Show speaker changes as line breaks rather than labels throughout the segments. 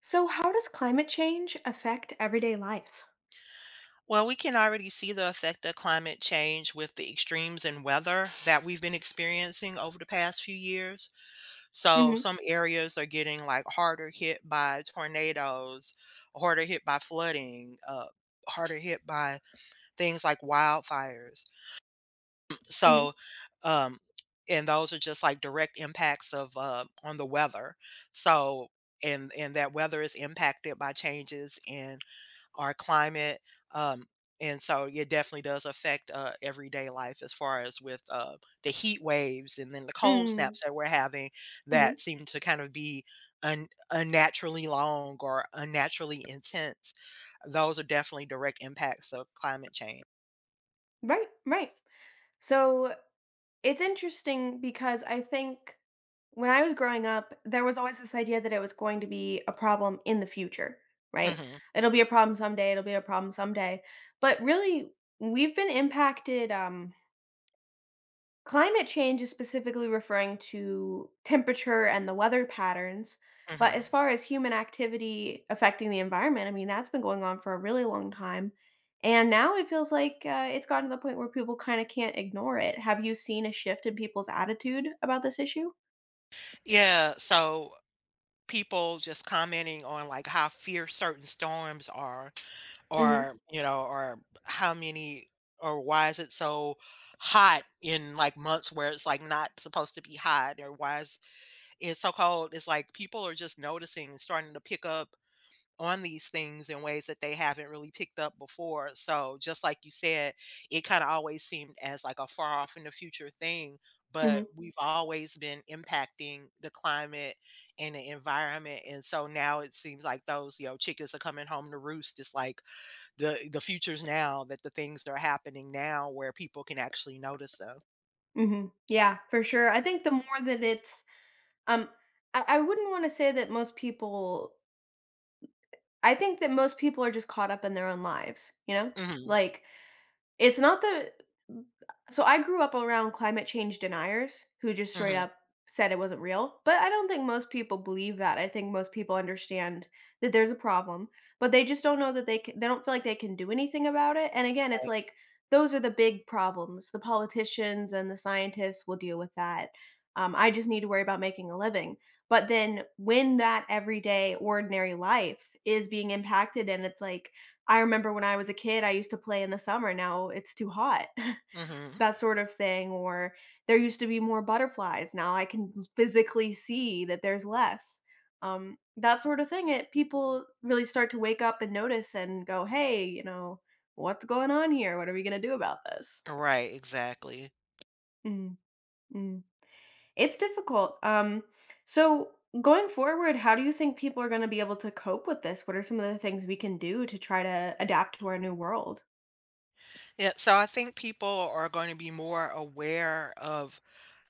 So, how does climate change affect everyday life?
Well, we can already see the effect of climate change with the extremes in weather that we've been experiencing over the past few years. So,
Mm-hmm.
some areas are getting like harder hit by tornadoes, harder hit by flooding, harder hit by things like wildfires.
Mm-hmm.
So, um, and those are just like direct impacts of on the weather. So, and that weather is impacted by changes in our climate. Um, and so it definitely does affect everyday life as far as with the heat waves and then the cold
Mm-hmm.
snaps that we're having
Mm-hmm.
that seem to kind of be unnaturally long or unnaturally intense. Those are definitely direct impacts of climate change.
Right, right. So, it's interesting because I think when I was growing up, there was always this idea that it was going to be a problem in the future, right?
hmm
It'll be a problem someday, it'll be a problem someday. But really, we've been impacted. Climate change is specifically referring to temperature and the weather patterns. But
hmm
as far as human activity affecting the environment, I mean, that's been going on for a really long time. And now it feels like it's gotten to the point where people kind of can't ignore it. Have you seen a shift in people's attitude about this issue?
Yeah. So people just commenting on like how fierce certain storms are
Hmm.
or you know or how many or why is it so hot in like months where it's like not supposed to be hot or why is it so cold, it's like people are just noticing and starting to pick up on these things in ways that they haven't really picked up before. So, just like you said, it kind of always seemed as like a far off in the future thing, but
Hmm.
we've always been impacting the climate and the environment, and so now it seems like those, you know, chickens are coming home to roost. It's like the futures now, that the things that are happening now where people can actually notice them.
Hmm. Yeah, for sure. I think the more that it's, um, I wouldn't want to say that most people, I think that most people are just caught up in their own lives, you know?
Mhm,
Like, It's not the so I grew up around climate change deniers who just straight
mhm,
up said it wasn't real, but I don't think most people believe that. I think most people understand that there's a problem, but they just don't know that they can, they don't feel like they can do anything about it. And again, it's
right,
like those are the big problems. The politicians and the scientists will deal with that. I just need to worry about making a living. But then when that everyday ordinary life is being impacted and it's like I remember when I was a kid, I used to play in the summer. Now it's too hot,
mhm.
that sort of thing. Or there used to be more butterflies. Now I can physically see that there's less. That sort of thing. It people really start to wake up and notice and go, "Hey, what's going on here? What are we gonna do about this?"
Right, exactly.
Mm. Mm. It's difficult. So going forward, how do you think people are going to be able to cope with this? What are some of the things we can do to try to adapt to our new world?
Yeah, so I think people are going to be more aware of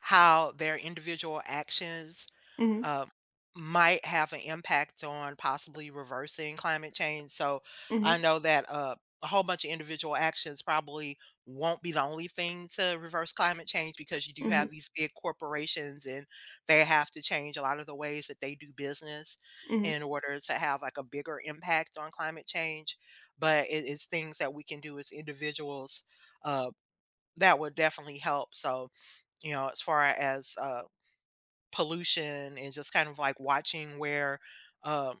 how their individual actions
Hmm.
uh, might have an impact on possibly reversing climate change. So I
Hmm.
know that a whole bunch of individual actions probably won't be the only thing to reverse climate change, because you do
Mhm.
have these big corporations, and they have to change a lot of the ways that they do business
Mhm.
in order to have like a bigger impact on climate change. But it's things that we can do as individuals uh, that would definitely help. So, you know, as far as pollution and just kind of like watching where um,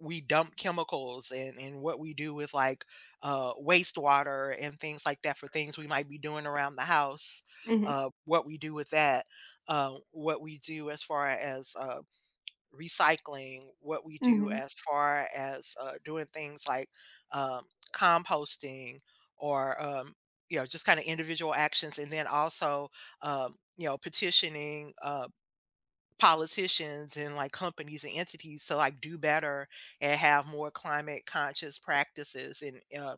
we dump chemicals, and what we do with like wastewater and things like that, for things we might be doing around the house,
Mhm.
what we do with that, what we do as far as recycling, what we do
Mhm.
as far as doing things like um, composting or you know, just kind of individual actions, and then also, you know, petitioning politicians and like companies and entities to like do better and have more climate conscious practices, and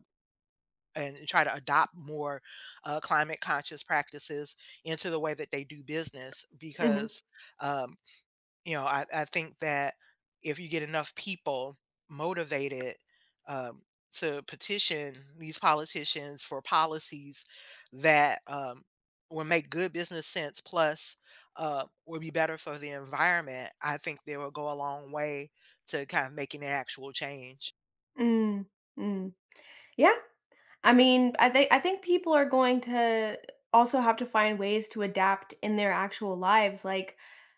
and try to adopt more climate conscious practices into the way that they do business,
Mhm.
because um, you know, I think that if you get enough people motivated um, to petition these politicians for policies that will make good business sense, plus will be better for the environment, I think they will go a long way to kind of making an actual change.
Mm. Mm. Yeah, I mean, I think people are going to also have to find ways to adapt in their actual lives. Like,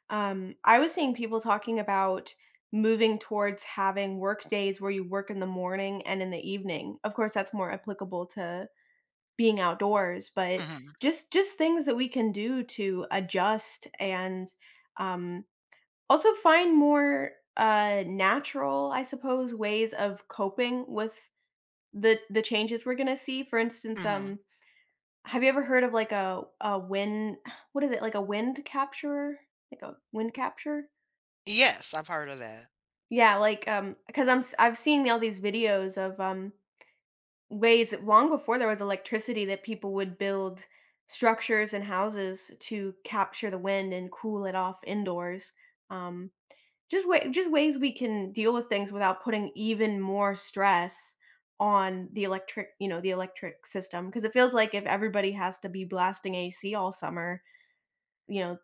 I was seeing people talking about moving towards having work days where you work in the morning and in the evening. Of course, that's more applicable to being outdoors, but
hmm
just things that we can do to adjust and um also find more, natural, I suppose, ways of coping with the changes we're gonna see. For instance,
hmm
have you ever heard of like a wind what is it, like a wind capturer? Like a wind capture?
Yes, I've heard of that.
Yeah, like, because 'cause I've seen all these videos of, ways that long before there was electricity that people would build structures and houses to capture the wind and cool it off indoors. Um Just way just ways we can deal with things without putting even more stress on the electric system. Because it feels like if everybody has to be blasting AC all summer, you know,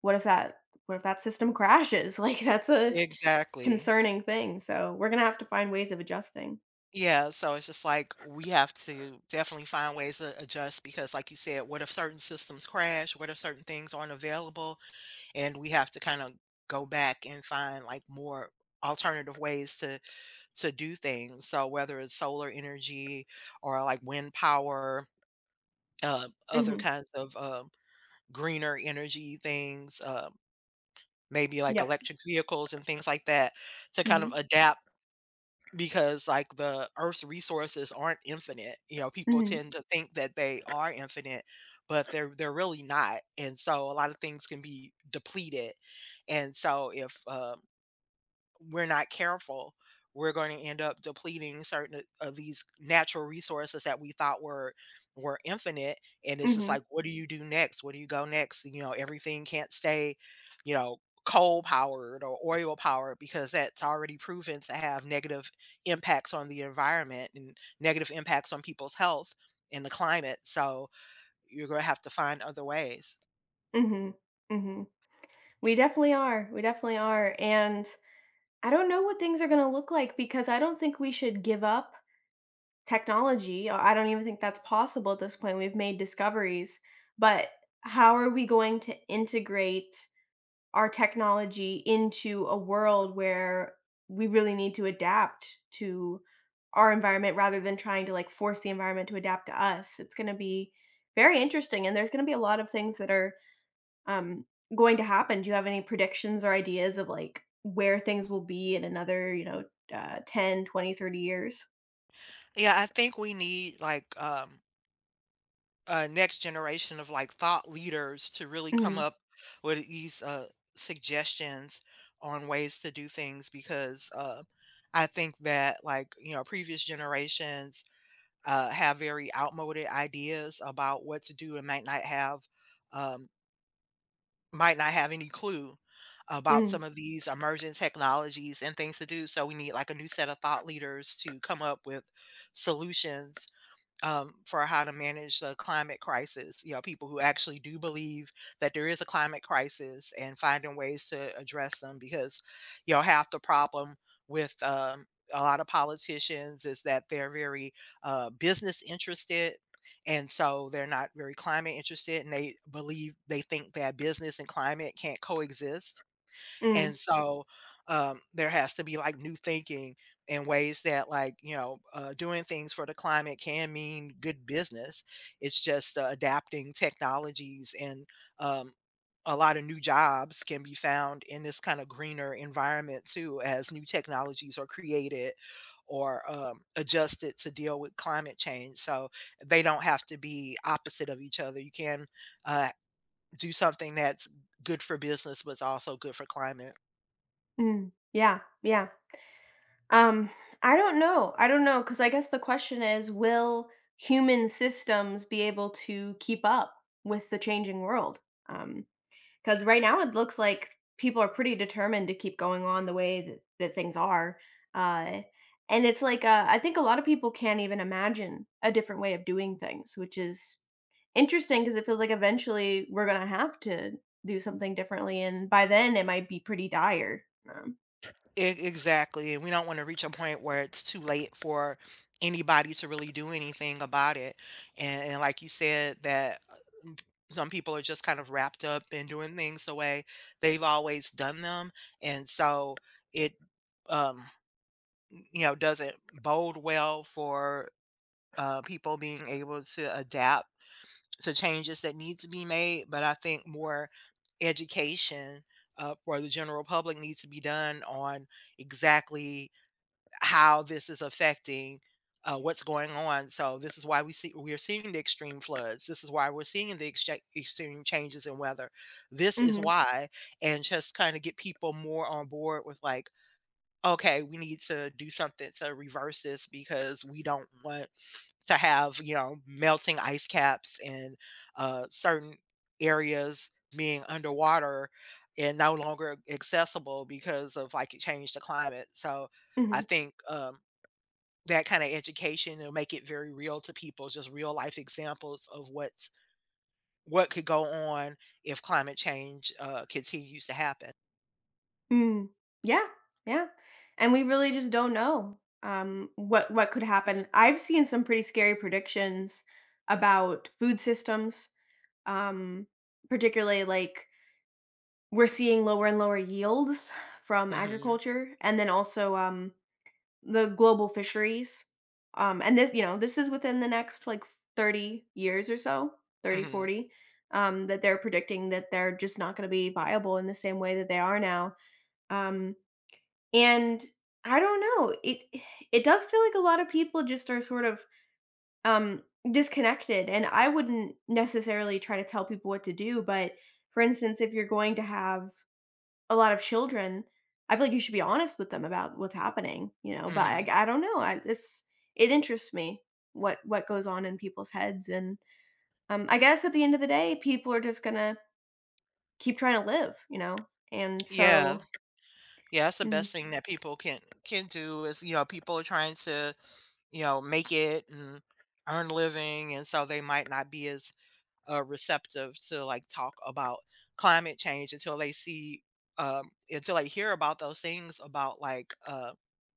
what if that what if that system crashes? Like, that's a
Exactly.
concerning thing, so we're gonna have to find ways of adjusting.
Yeah, so it's just like we have to definitely find ways to adjust because, like you said, what if certain systems crash? What if certain things aren't available? And we have to kind of go back and find like more alternative ways to do things. So whether it's solar energy or like wind power, other
Mhm.
kinds of greener energy things, maybe like
Yep.
electric vehicles and things like that, to kind of
Mhm.
adapt, because like the earth's resources aren't infinite. You know, people
Mhm.
tend to think that they are infinite, but they're really not, and so a lot of things can be depleted. And so, if we're not careful, we're going to end up depleting certain of these natural resources that we thought were infinite. And it's just
Mhm.
like, what do you do next? Where do you go next? You know, everything can't stay, you know, coal powered or oil powered, because that's already proven to have negative impacts on the environment and negative impacts on people's health and the climate. So you're going to have to find other ways.
Mhm. Mhm. We definitely are, and I don't know what things are gonna look like because I don't think we should give up technology. I don't even think that's possible at this point. We've made discoveries, but how are we going to integrate our technology into a world where we really need to adapt to our environment rather than trying to like force the environment to adapt to us? It's gonna be very interesting, and there's gonna be a lot of things that are um, going to happen? Do you have any predictions or ideas of like where things will be in another, 10, 20, 30 years?
I think we need next generation of like thought leaders to really come
Mm.
up with these suggestions on ways to do things, because I think that, like, you know, previous generations have very outmoded ideas about what to do, and might not have, um, might not have any clue about
Mm.
some of these emerging technologies and things to do. So we need like a new set of thought leaders to come up with solutions for how to manage the climate crisis. You know, people who actually do believe that there is a climate crisis, and finding ways to address them because, you know, half the problem with, a lot of politicians is that they're very business interested. And so they're not very climate interested, and they believe they think that business and climate can't coexist,
Mm.
and so, there has to be like new thinking and ways that, like, you know, doing things for the climate can mean good business. It's just, adapting technologies and, um, a lot of new jobs can be found in this kinda greener environment too, as new technologies are created or, adjusted to deal with climate change. So, they don't have to be opposite of each other. You can, uh, do something that's good for business, but it's also good for climate.
Mm. Yeah, yeah. Um, I don't know. I don't know because I guess the question is, will human systems be able to keep up with the changing world? Um, Because right now it looks like people are pretty determined to keep going on the way that things are. Uh, and it's like, I think a lot of people can't even imagine a different way of doing things, which is interesting because it feels like eventually we're going to have to do something differently. And by then it might be pretty dire. Um,
E Exactly, and we don't wanna reach a point where it's too late for anybody to really do anything about it. And like you said, that, m some people are just kind of wrapped up in doing things the way they've always done them, and so it, um, you know, doesn't bode well for, people being able to adapt to changes that need to be made. But I think more education, for the general public, needs to be done on exactly how this is affecting what's going on. So this is why we are seeing the extreme floods. This is why we're seeing the extreme changes in weather. This is
mhm.
why, and just kind of get people more on board with like, okay, we need to do something to reverse this, because we don't want to have, you know, melting ice caps and certain areas being underwater and no longer accessible because of like it changed the climate. So I
Mhm.
think that kind of education will make it very real to people, just real life examples of what's what could go on if climate change continues to happen.
Mm. Yeah, yeah, and we really just don't know, what could happen. I've seen some pretty scary predictions about food systems, um, particularly, like, we're seeing lower and lower yields from
hmm
agriculture, and then also, the global fisheries, and this is within the next, like, 30 years or so, thirty
hmm
forty, that they're predicting that they're just not gonna be viable in the same way that they are now. um and I don't know, it does feel like a lot of people just are sort of, um, disconnected, and I wouldn't necessarily try to tell people what to do, but for instance, if you're going to have a lot of children, I feel like you should be honest with them about what's happening, but
hmm
I don't know, I it's it interests me what goes on in people's heads, and, I guess at the end of the day, people are just gonna keep trying to live, and
Yeah.
so.
Yeah, that's the
Mm.
best thing that people can do. Is, you know, people are trying to, you know, make it and earn a living, and so they might not be as receptive to like talk about climate change until they see until they hear about those things, about like,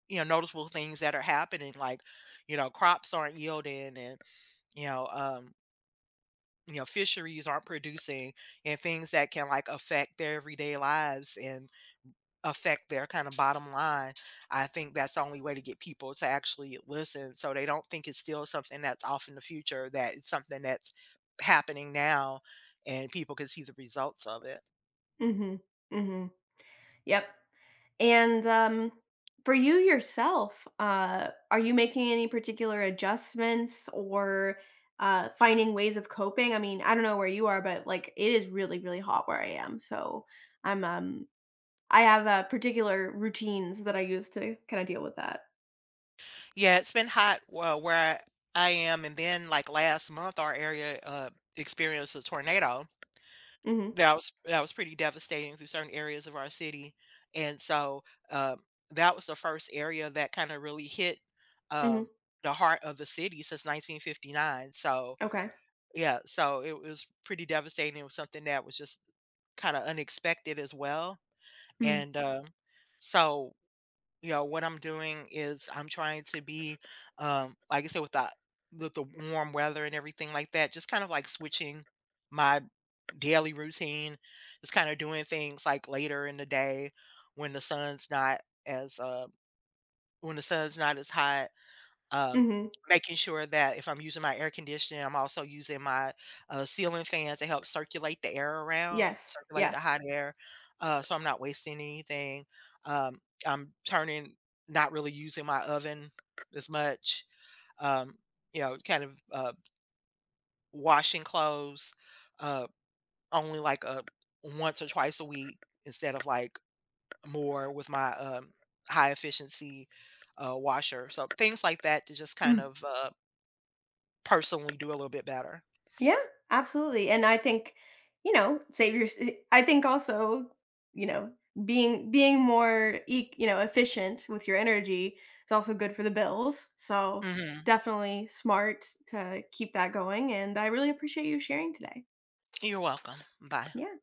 you know, noticeable things that are happening, like, you know, crops aren't yielding, and you know um you know, fisheries aren't producing, and things that can like affect their everyday lives and affect their kind of bottom line. I think that's the only way to get people to actually listen, so they don't think it's still something that's off in the future, that it's something that's happening now and people can see the results of it.
Mhm. Mhm. Yep. And, for you yourself, are you making any particular adjustments or, finding ways of coping? I mean, I don't know where you are, but, like, it is really, really hot where I am, so I'm, um I have, particular routines that I use to kinda deal with that.
Yeah, it's been hot where I am. And then, like last month, our area experienced a tornado.
Mhm.
That was pretty devastating through certain areas of our city, and so, um, that was the first area that kinda really hit,
Mhm.
um, the heart of the city since 1959, so
Okay.
yeah, so it was pretty devastating. It was something that was just kinda unexpected as well,
Mm.
and, so, you know, what I'm doing is I'm trying to be, like I said, with the warm weather and everything like that, just kind of like switching my daily routine is kind of doing things like later in the day when the sun's not as when the sun's not as hot, um
Mhm.
making sure that if I'm using my air conditioning, I'm also using my ceiling fans to help
Yes,
circulate the
yes.
hot air, so I'm not wasting anything. um, I'm turning not really using my oven as much. um, you know, kind of washing clothes uh, only like a once or twice a week instead of like more with my high efficiency washer. So things like that to just kind
Mhm.
of personally do a little bit better.
Yeah, absolutely. And I think, you know, save your I think also, you know, being more efficient with your energy is also good for the bills. So,
hmm
definitely smart to keep that going and I really appreciate you sharing today.
You're welcome. Bye.
Yeah.